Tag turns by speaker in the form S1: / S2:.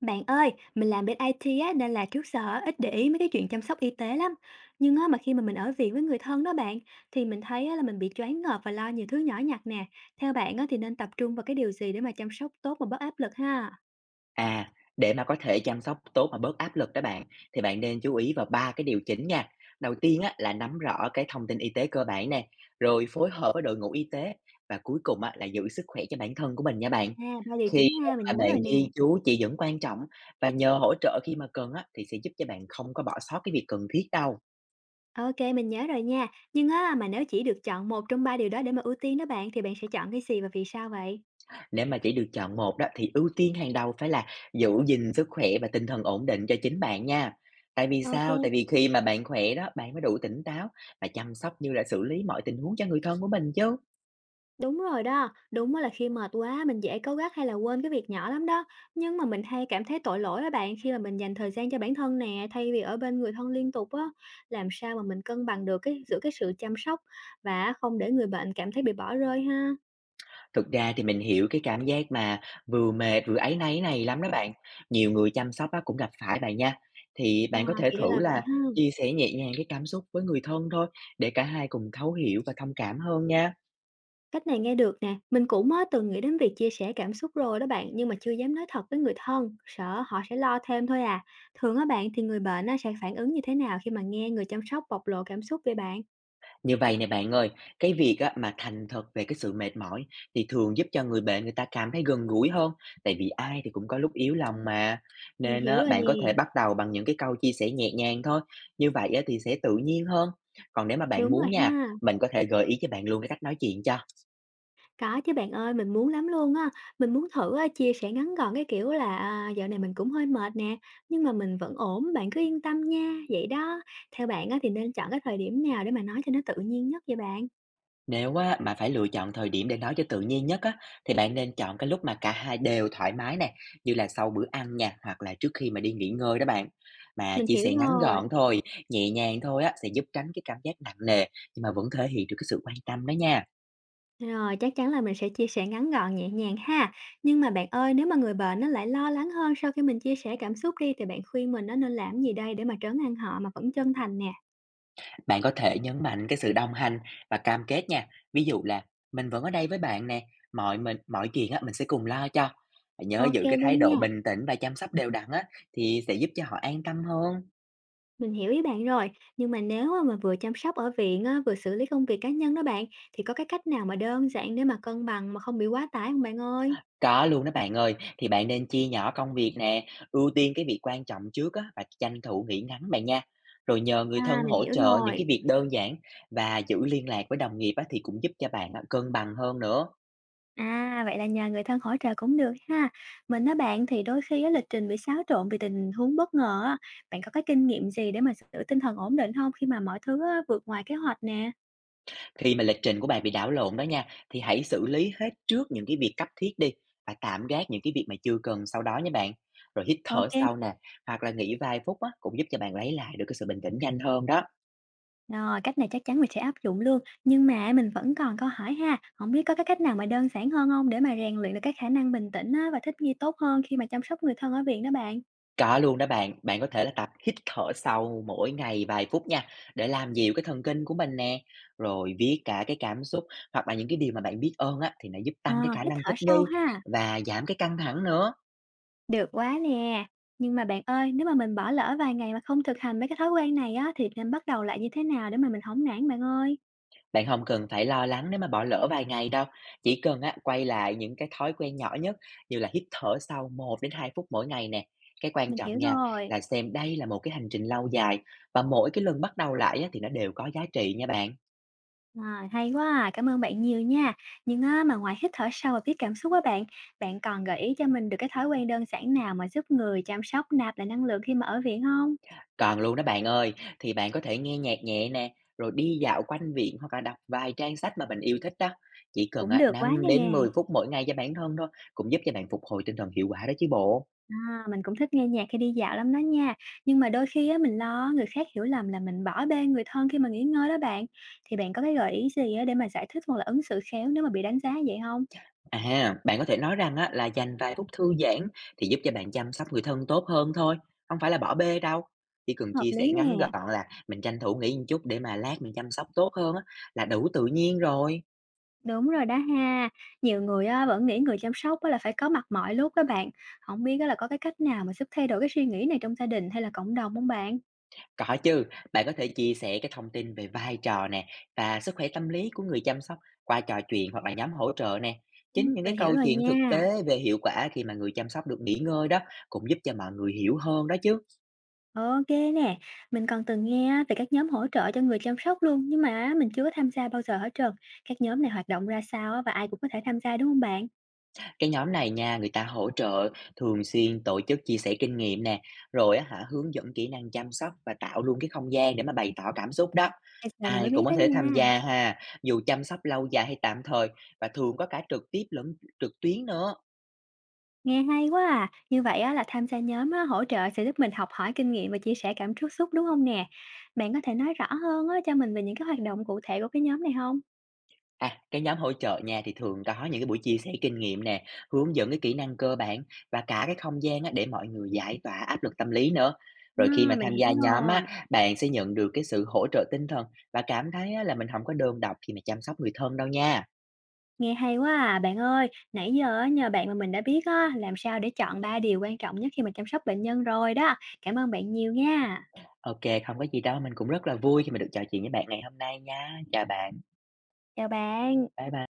S1: Bạn ơi, mình làm bên IT á, nên là trước giờ á, ít để ý mấy cái chuyện chăm sóc y tế lắm. Nhưng á, mà khi mà mình ở viện với người thân đó bạn, thì mình thấy á, là mình bị choáng ngợp và lo nhiều thứ nhỏ nhặt nè. Theo bạn á, thì nên tập trung vào cái điều gì để mà chăm sóc tốt mà bớt áp lực ha?
S2: À, để mà có thể chăm sóc tốt mà bớt áp lực đó bạn, thì bạn nên chú ý vào ba cái điều chỉnh nha. Đầu tiên á, là nắm rõ cái thông tin y tế cơ bản nè, rồi phối hợp với đội ngũ y tế và cuối cùng á, là giữ sức khỏe cho bản thân của mình nha bạn.
S1: À, ba điều
S2: Khi
S1: chính ha, mình
S2: mà
S1: nhớ
S2: bạn
S1: rồi nè.
S2: ghi chú chỉ dẫn quan trọng và nhờ hỗ trợ khi mà cần á, thì sẽ giúp cho bạn không có bỏ sót cái việc cần thiết đâu.
S1: Ok, mình nhớ rồi nha. Nhưng á, mà nếu chỉ được chọn một trong ba điều đó để mà ưu tiên đó bạn, thì bạn sẽ chọn cái gì và vì sao vậy?
S2: Nếu mà chỉ được chọn một đó thì ưu tiên hàng đầu phải là giữ gìn sức khỏe và tinh thần ổn định cho chính bạn nha. Tại vì
S1: Ok.
S2: sao? Tại vì khi mà bạn khỏe đó, bạn mới đủ tỉnh táo và chăm sóc như là xử lý mọi tình huống cho người thân của mình chứ.
S1: Đúng rồi đó, đúng á là khi mệt quá mình dễ cáu gắt hay là quên cái việc nhỏ lắm đó. Nhưng mà mình hay cảm thấy tội lỗi đó bạn khi mà mình dành thời gian cho bản thân nè, thay vì ở bên người thân liên tục á. Làm sao mà mình cân bằng được cái giữa cái sự chăm sóc và không để người bệnh cảm thấy bị bỏ rơi ha.
S2: Thực ra thì mình hiểu cái cảm giác mà vừa mệt vừa áy náy này lắm đó bạn. Nhiều người chăm sóc á, cũng gặp phải bạn nha. Thì
S1: À,
S2: bạn có thể
S1: thì ra
S2: thử
S1: là vậy
S2: là
S1: ha.
S2: chia sẻ nhẹ nhàng cái cảm xúc với người thân thôi để cả hai cùng thấu hiểu và thông cảm hơn nha.
S1: Cách này nghe được nè, mình cũng mới từng nghĩ đến việc chia sẻ cảm xúc rồi đó bạn, nhưng mà chưa dám nói thật với người thân, sợ họ sẽ lo thêm thôi à. Thường á bạn thì người bệnh á, sẽ phản ứng như thế nào khi mà nghe người chăm sóc bộc lộ cảm xúc về bạn?
S2: Như vậy nè bạn ơi, cái việc á mà thành thật về cái sự mệt mỏi thì thường giúp cho người bệnh người ta cảm thấy gần gũi hơn, tại vì ai thì cũng có lúc yếu lòng mà.
S1: Mình
S2: Nên
S1: hiểu
S2: á,
S1: rồi nè.
S2: bạn có thể bắt đầu bằng những cái câu chia sẻ nhẹ nhàng thôi, như vậy á thì sẽ tự nhiên hơn. Còn nếu mà bạn
S1: Đúng rồi
S2: muốn nha,
S1: ha.
S2: mình có thể gợi ý cho bạn luôn cái cách nói chuyện cho.
S1: Có chứ bạn ơi, mình muốn lắm luôn á. Mình muốn thử, a, chia sẻ ngắn gọn cái kiểu là, à, "Dạo này mình cũng hơi mệt nè, nhưng mà mình vẫn ổn, bạn cứ yên tâm nha." Vậy đó. Theo bạn á thì nên chọn cái thời điểm nào để mà nói cho nó tự nhiên nhất vậy bạn?
S2: Nếu á, mà phải lựa chọn thời điểm để nói cho tự nhiên nhất á, thì bạn nên chọn cái lúc mà cả hai đều thoải mái nè, như là sau bữa ăn nha, hoặc là trước khi mà đi nghỉ ngơi đó bạn. Mà
S1: Mình
S2: chia
S1: hiểu
S2: sẻ ngắn
S1: rồi.
S2: gọn thôi, nhẹ nhàng thôi á, sẽ giúp tránh cái cảm giác nặng nề, nhưng mà vẫn thể hiện được cái sự quan tâm đó nha.
S1: Rồi, chắc chắn là mình sẽ chia sẻ ngắn gọn, nhẹ nhàng ha. Nhưng mà bạn ơi, nếu mà người bệnh nó lại lo lắng hơn sau khi mình chia sẻ cảm xúc đi, thì bạn khuyên mình nó nên làm gì đây để mà trấn an họ mà vẫn chân thành nè?
S2: Bạn có thể nhấn mạnh cái sự đồng hành và cam kết nha. Ví dụ là mình vẫn ở đây với bạn nè, mọi chuyện á, mình sẽ cùng lo cho. Nhớ
S1: Ok
S2: giữ cái thái
S1: luôn
S2: độ
S1: nha.
S2: bình tĩnh và chăm sóc đều đặn á, thì sẽ giúp cho họ an tâm hơn.
S1: Mình hiểu ý bạn rồi, nhưng mà nếu á mà vừa chăm sóc ở viện á, vừa xử lý công việc cá nhân đó bạn, thì có cái cách nào mà đơn giản để mà cân bằng mà không bị quá tải không bạn ơi?
S2: Có luôn đó bạn ơi, thì bạn nên chia nhỏ công việc nè, ưu tiên cái việc quan trọng trước á và tranh thủ nghỉ ngắn bạn nha. Rồi nhờ người
S1: À,
S2: thân
S1: mình
S2: hỗ
S1: hiểu
S2: trợ những
S1: rồi.
S2: cái việc đơn giản và giữ liên lạc với đồng nghiệp á thì cũng giúp cho bạn á cân bằng hơn nữa.
S1: À, vậy là nhờ người thân hỗ trợ cũng được ha. Mình á bạn thì đôi khi á, lịch trình bị xáo trộn vì tình huống bất ngờ á. Bạn có cái kinh nghiệm gì để mà giữ tinh thần ổn định không khi mà mọi thứ á, vượt ngoài kế hoạch nè?
S2: Khi mà lịch trình của bạn bị đảo lộn đó nha, thì hãy xử lý hết trước những cái việc cấp thiết đi và tạm gác những cái việc mà chưa cần sau đó nha bạn. Rồi hít thở
S1: Ok.
S2: sâu nè, hoặc là nghỉ vài phút á cũng giúp cho bạn lấy lại được cái sự bình tĩnh nhanh hơn đó.
S1: Rồi, cách này chắc chắn mình sẽ áp dụng luôn, nhưng mà mình vẫn còn câu hỏi ha, không biết có cái cách nào mà đơn giản hơn hông để mà rèn luyện được cái khả năng bình tĩnh á và thích nghi tốt hơn khi mà chăm sóc người thân ở viện đó bạn?
S2: Có luôn đó bạn, bạn có thể là tập hít thở sâu mỗi ngày vài phút nha, để làm dịu cái thần kinh của mình nè. Rồi viết cả cái cảm xúc hoặc là những cái điều mà bạn biết ơn á, thì nó giúp
S1: Ờ,
S2: tăng cái khả
S1: hít
S2: năng
S1: thở
S2: thích
S1: sâu
S2: nghi
S1: ha,
S2: và giảm cái căng thẳng nữa.
S1: được quá nè. Nhưng mà bạn ơi, nếu mà mình bỏ lỡ vài ngày mà không thực hành mấy cái thói quen này á thì nên bắt đầu lại như thế nào để mà mình không nản bạn ơi?
S2: Bạn không cần phải lo lắng nếu mà bỏ lỡ vài ngày đâu, chỉ cần á, quay lại những cái thói quen nhỏ nhất như là hít thở sâu 1 đến 2 phút mỗi ngày nè. Cái quan
S1: Mình hiểu
S2: trọng nha
S1: rồi.
S2: là xem đây là một cái hành trình lâu dài và mỗi cái lần bắt đầu lại á, thì nó đều có giá trị nha bạn.
S1: À, hay quá à, cảm ơn bạn nhiều nha. Nhưng á, mà ngoài hít thở sâu và viết cảm xúc á bạn, bạn còn gợi ý cho mình được cái thói quen đơn giản nào mà giúp người chăm sóc nạp lại năng lượng khi mà ở viện không?
S2: Còn luôn đó bạn ơi, thì bạn có thể nghe nhạc nhẹ nè, rồi đi dạo quanh viện hoặc là đọc vài trang sách mà mình yêu thích đó. Chỉ cần
S1: Cũng
S2: á,
S1: được quá
S2: 5
S1: nè.
S2: đến 10 phút mỗi ngày cho bản thân thôi, cũng giúp cho bạn phục hồi tinh thần hiệu quả đó chứ bộ.
S1: À, mình cũng thích nghe nhạc khi đi dạo lắm đó nha. Nhưng mà đôi khi á, mình lo người khác hiểu lầm là mình bỏ bê người thân khi mà nghỉ ngơi đó bạn. Thì bạn có cái gợi ý gì á, để mà giải thích hoặc là ứng xử khéo nếu mà bị đánh giá vậy không?
S2: À, bạn có thể nói rằng á, là dành vài phút thư giãn thì giúp cho bạn chăm sóc người thân tốt hơn thôi, không phải là bỏ bê đâu. Chỉ cần
S1: Hợp
S2: chia sẻ
S1: lý
S2: ngắn
S1: nè.
S2: gọn là mình tranh thủ nghỉ một chút để mà lát mình chăm sóc tốt hơn á, là đủ tự nhiên rồi.
S1: Đúng rồi đó ha. Nhiều người á, vẫn nghĩ người chăm sóc á, là phải có mặt mọi lúc đó bạn. Không biết á, là có cái cách nào mà giúp thay đổi cái suy nghĩ này trong gia đình hay là cộng đồng không bạn?
S2: Có chứ, bạn có thể chia sẻ cái thông tin về vai trò nè và sức khỏe tâm lý của người chăm sóc qua trò chuyện hoặc là nhóm hỗ trợ nè. Chính những
S1: Mình
S2: cái
S1: hiểu
S2: câu
S1: rồi
S2: chuyện thực
S1: nha.
S2: tế về hiệu quả khi mà người chăm sóc được nghỉ ngơi đó cũng giúp cho mọi người hiểu hơn đó chứ.
S1: Ok nè, mình còn từng nghe á, về các nhóm hỗ trợ cho người chăm sóc luôn, nhưng mà á, mình chưa có tham gia bao giờ hết trơn. Các nhóm này hoạt động ra sao á, và ai cũng có thể tham gia, đúng không bạn?
S2: Cái nhóm này nha, người ta hỗ trợ thường xuyên tổ chức chia sẻ kinh nghiệm nè, rồi á hả hướng dẫn kỹ năng chăm sóc và tạo luôn cái không gian để mà bày tỏ cảm xúc đó.
S1: Bây giờ mình mới
S2: Ai cũng
S1: biết
S2: có
S1: đó
S2: thể tham
S1: nha.
S2: gia ha, dù chăm sóc lâu dài hay tạm thời và thường có cả trực tiếp lẫn trực tuyến nữa.
S1: Nghe hay quá à! Như vậy á là tham gia nhóm á, hỗ trợ sẽ giúp mình học hỏi kinh nghiệm và chia sẻ cảm xúc xúc, đúng không nè? Bạn có thể nói rõ hơn á cho mình về những cái hoạt động cụ thể của cái nhóm này không?
S2: À, cái nhóm hỗ trợ nha thì thường có những cái buổi chia sẻ kinh nghiệm nè, hướng dẫn cái kỹ năng cơ bản và cả cái không gian á, để mọi người giải tỏa áp lực tâm lý nữa. Rồi khi
S1: À,
S2: mà
S1: mình
S2: tham
S1: hiểu
S2: gia nhóm
S1: rồi.
S2: á, bạn sẽ nhận được cái sự hỗ trợ tinh thần và cảm thấy á, là mình không có đơn độc khi mà chăm sóc người thân đâu nha.
S1: Nghe hay quá à! Bạn ơi, nãy giờ á nhờ bạn mà mình đã biết á làm sao để chọn 3 điều quan trọng nhất khi mà chăm sóc bệnh nhân rồi đó. Cảm ơn bạn nhiều nha.
S2: Ok, không có gì đâu, mình cũng rất là vui khi mà được trò chuyện với bạn ngày hôm nay nha. Chào bạn,
S1: Chào bạn.
S2: bye bye.